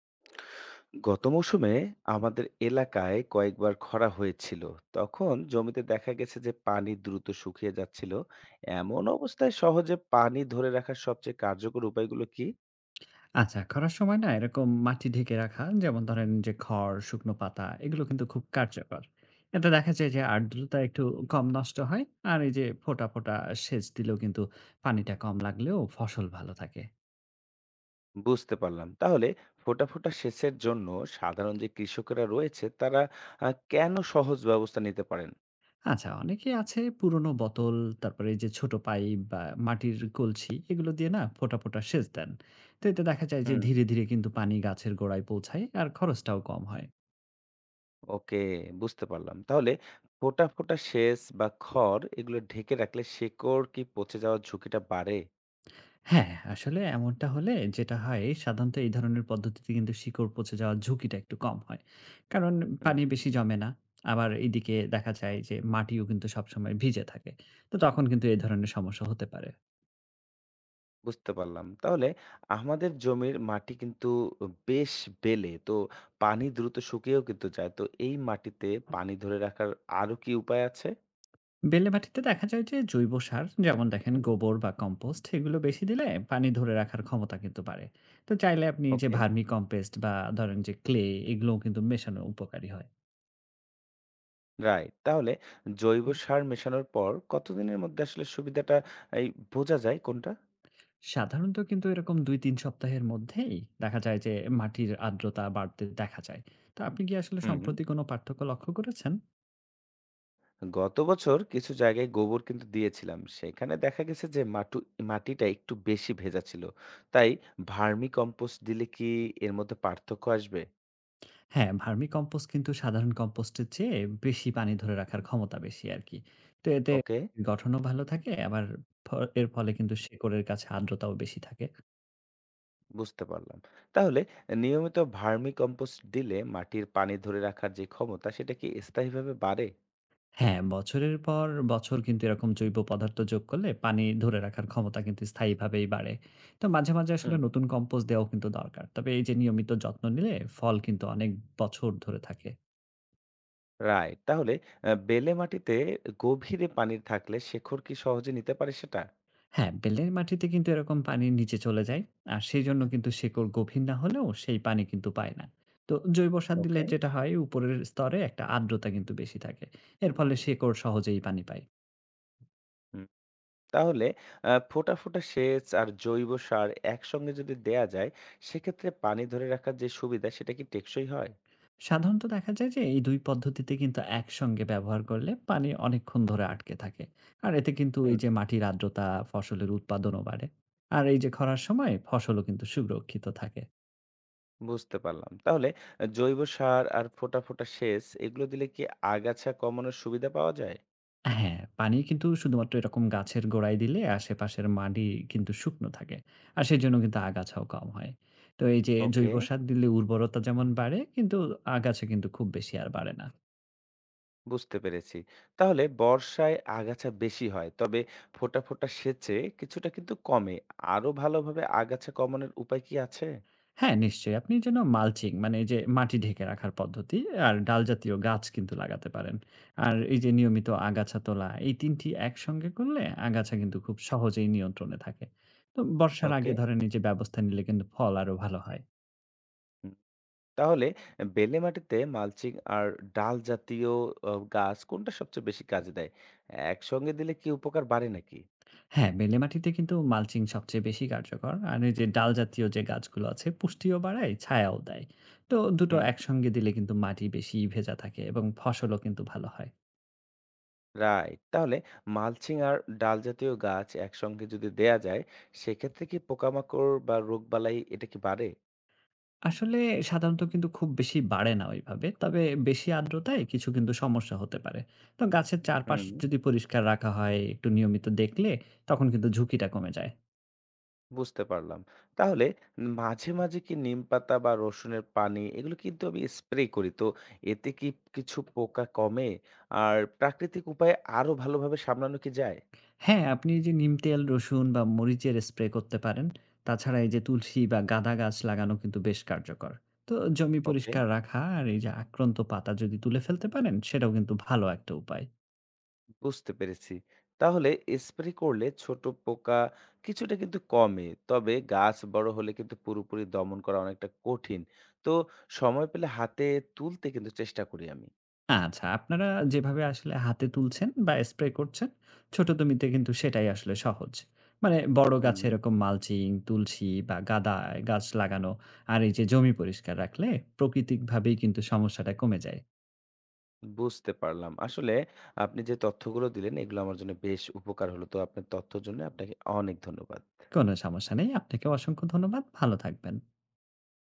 গত মৌসুমে আমাদের এলাকায় কয়েকবার খরা হয়েছিল তখন জমিতে দেখা গেছে যে পানি দ্রুত শুকিয়ে যাচ্ছিল এমন অবস্থায় সহজে পানি ধরে রাখার সবচেয়ে কার্যকর উপায়গুলো কি আচ্ছা, খরার সময় না এরকম মাটি ঢেকে রাখা যেমন ধরেন যে খড়, শুকনো পাতা এগুলো কিন্তু খুব কার্যকর। এতে দেখা যায় যে আর্দ্রতা একটু কম নষ্ট হয়। আর এই যে ফোঁটা, ফোঁটা সেচ দিলেও কিন্তু পানিটা কম লাগলেও ফসল ভালো থাকে। বুঝতে পারলাম তাহলে ফোটা ফোটা সেচের জন্য সাধারণ যে কৃষকেরা রয়েছে তারা কেন সহজ ব্যবস্থা নিতে পারেন আচ্ছা অনেকে আছে পুরনো বোতল, তারপরে এই যে ছোট পাইপ বা মাটির কলসি এগুলো দিয়ে না ফোঁটা, ফোঁটা সেচ দেন। তো এতে দেখা যায় যে হুম ধীরে, ধীরে কিন্তু পানি গাছের গোড়ায় পৌঁছায় আর খরচটাও কম হয়। ওকে বুঝতে পারলাম তাহলে ফোটা ফোটা সেচ বা খড় এগুলো ঢেকে রাখলে শেকড় কি পচে যাওয়ার ঝুঁকিটা বাড়ে হ্যাঁ, আসলে এমনটা হলে যেটা হয় সাধারণত এই ধরনের পদ্ধতিতে কিন্তু শিকড় পচে যাওয়ার ঝুঁকিটা একটু কম হয়। কারণ হুম পানি বেশি জমে না। আবার এদিকে দেখা যায় যে মাটিও কিন্তু সবসময় ভিজে থাকে। তো তখন কিন্তু এই ধরনের সমস্যা হতে পারে। বুঝতে পারলাম। তাহলে আমাদের জমির মাটি কিন্তু বেশ বেলে। তো পানি দ্রুত শুকিয়েও কিন্তু যায়। তো এই মাটিতে পানি ধরে রাখার আরো কি উপায় আছে? বেলে মাটিতে দেখা যায় যে জৈব সার যেমন দেখেন গোবর বা কম্পোস্ট এগুলো বেশি দিলে পানি ধরে রাখার ক্ষমতা কিন্তু বাড়ে। তো চাইলে আপনি যে ওকে, ভার্মি কম্পোস্ট বা ধরেন যে ক্লে এগুলোও কিন্তু মেশানো উপকারী হয়। রাইট। তাহলে জৈব সার মেশানোর পর কতদিনের মধ্যে আসলে সুবিধাটা এই বোঝা যায় কোনটা? সাধারণত কিন্তু এরকম ২-৩ সপ্তাহের মধ্যেই দেখা যায় যে মাটির আর্দ্রতা বাড়তে দেখা যায়। তো আপনি কি আসলে হুম। সম্প্রতি কোনো পার্থক্য লক্ষ্য করেছেন? গত বছর কিছু জায়গায় গোবর কিন্তু দিয়েছিলাম। সেখানে দেখা গেছে যে মাটিটা একটু বেশি ভেজা ছিল। তাই ভার্মি কম্পোস্ট দিলে কি এর মধ্যে পার্থক্য আসবে? হ্যাঁ, ভার্মি কম্পোস্ট কিন্তু সাধারণ কম্পোস্টের চেয়ে বেশি পানি ধরে রাখার ক্ষমতা বেশি আরকি। তো এতে ওকে। গঠনও ভালো থাকে আবার ফ এর ফলে কিন্তু শেকড়ের কাছে আর্দ্রতাও বেশি থাকে। বুঝতে পারলাম। তাহলে নিয়মিত ভার্মি কম্পোস্ট দিলে মাটির পানি ধরে রাখার যে ক্ষমতা সেটা কি স্থায়ীভাবে বাড়ে? হ্যাঁ, বছরের পর বছর কিন্তু এরকম জৈব পদার্থ যোগ করলে পানি ধরে রাখার ক্ষমতা কিন্তু স্থায়ীভাবেই বাড়ে। তো মাঝে, মাঝে আসলে হুম। নতুন কম্পোস্ট দেওয়াও কিন্তু দরকার। তবে এই যে নিয়মিত যত্ন নিলে ফল কিন্তু অনেক বছর ধরে থাকে। রাইট। তাহলে বেলে মাটিতে গভীরে পানি থাকলে শেকড় কি সহজে নিতে পারে সেটা? হ্যাঁ, বেলের মাটিতে কিন্তু এরকম পানি নিচে চলে যায়। আর সেইজন্য কিন্তু শেকড় গভীর না হলেও সেই পানি কিন্তু পায় না। তো জৈব সার দিলে ওকে। যেটা হয় উপরের স্তরে একটা আর্দ্রতা কিন্তু বেশি থাকে। এর ফলে শেকড় সহজেই পানি পায়। হুম। তাহলে ফোঁটা, ফোঁটা সেচ আর জৈব সার একসঙ্গে যদি দেয়া যায় সেক্ষেত্রে পানি ধরে রাখার যে সুবিধা সেটা কি টেকসই হয়? সাধারণত দেখা যায় যে এই ২ পদ্ধতিতে কিন্তু একসঙ্গে ব্যবহার করলে পানি অনেকক্ষণ ধরে আটকে থাকে। আর এতে কিন্তু এই যে হুম। মাটির আর্দ্রতা, ফসলের উৎপাদনও বাড়ে। আর এই যে খরার সময় ফসলও কিন্তু সুরক্ষিত থাকে। বুঝতে পারলাম। তাহলে জৈব সার আর ফোঁটা, ফোঁটা সেচ এগুলো দিলে কি আগাছা কমানোর সুবিধা পাওয়া যায়? হ্যাঁ, পানি কিন্তু শুধুমাত্র এরকম গাছের গোড়ায় দিলে আশেপাশের মাটি কিন্তু শুকনো থাকে। আর সেজন্য কিন্তু আগাছাও কম হয়। তো এই যে ওকে। জৈব সার দিলে উর্বরতা যেমন বাড়ে কিন্তু আগাছা কিন্তু খুব বেশি আর বাড়ে না। বুঝতে পেরেছি। তাহলে বর্ষায় আগাছা বেশি হয়। তবে ফোঁটা, ফোঁটা সেচে কিছুটা কিন্তু কমে। আরো ভালোভাবে আগাছা কমানোর উপায় কি আছে? হ্যাঁ, নিশ্চয়ই। আপনি যেন মালচিং মানে এই যে মাটি ঢেকে রাখার পদ্ধতি আর ডাল জাতীয় গাছ কিন্তু লাগাতে পারেন। আর এই যে নিয়মিত আগাছা তোলা এই ৩ টি একসঙ্গে করলে আগাছা কিন্তু খুব সহজেই নিয়ন্ত্রণে থাকে। তো বর্ষার ওকে। আগে ধরেন এই যে ব্যবস্থা নিলে কিন্তু ফল আরো ভালো হয়। হুম। তাহলে বেলে মাটিতে মালচিং আর ডাল জাতীয় গাছ কোনটা সবচেয়ে বেশি কাজে দেয়? একসঙ্গে দিলে কি উপকার বাড়ে নাকি? হ্যাঁ, বেলে মাটিতে কিন্তু মালচিং সবচেয়ে বেশি কার্যকর। আর এই যে ডাল জাতীয় যে গাছগুলো আছে পুষ্টিও বাড়ায়, ছায়াও দেয়। তো দুটো হুম, একসঙ্গে দিলে কিন্তু মাটি বেশি ভেজা থাকে এবং ফসলও কিন্তু ভালো হয়। রাইট। তাহলে মালচিং আর ডাল জাতীয় গাছ একসঙ্গে যদি দেয়া যায়, সেক্ষেত্রে কি পোকামাকড় বা রোগবালাই এটা কি বাড়ে? আসলে সাধারণত কিন্তু খুব বেশি বাড়ে না ওইভাবে। তবে বেশি আর্দ্রতায় কিছু কিন্তু সমস্যা হতে পারে। তো গাছের চারপাশ হুম। যদি পরিষ্কার রাখা হয়, একটু নিয়মিত দেখলে তখন কিন্তু ঝুঁকিটা কমে যায়। বুঝতে পারলাম। তাহলে মাঝে, মাঝে কি নিমপাতা বা রসুনের পানি এগুলো কিন্তু আমি স্প্রে করি। তো এতে কি কিছু পোকা কমে? আর প্রাকৃতিক উপায়ে আরো ভালোভাবে সামলানো কি যায়? হ্যাঁ, আপনি যে নিম তেল, রসুন বা মরিচের স্প্রে করতে পারেন। তাছাড়া এই যে তুলসী বা গাঁদা গাছ লাগানো কিন্তু বেশ কার্যকর। তো জমি ওকে, পরিষ্কার রাখা আর এই যে আক্রান্ত পাতা যদি তুলে ফেলতে পারেন, সেটাও কিন্তু ভালো একটা উপায়। বুঝতে পেরেছি। তাহলে স্প্রে করলে ছোট পোকা কিছুটা কিন্তু কমে। তবে গাছ বড় হলে কিন্তু পুরোপুরি দমন করা অনেকটা কঠিন। তো সময় পেলে হাতে তুলতে কিন্তু চেষ্টা করি আমি। আচ্ছা, আপনারা যেভাবে আসলে হাতে তুলছেন বা স্প্রে করছেন, ছোট জমিতে কিন্তু সেটাই আসলে সহজ। মানে বড় গাছে হুম। এরকম মালচিং, তুলসী বা গাঁদা গাছ লাগানো আর এই যে জমি পরিষ্কার রাখলে প্রাকৃতিকভাবেই কিন্তু সমস্যাটা কমে যায়। বুঝতে পারলাম। আসলে আপনি যে তথ্যগুলো দিলেন এগুলো আমার জন্য বেশ উপকার হলো। তো আপনার তথ্যের জন্য আপনাকে অনেক ধন্যবাদ। কোনো সমস্যা নেই। আপনাকেও অসংখ্য ধন্যবাদ। ভালো থাকবেন।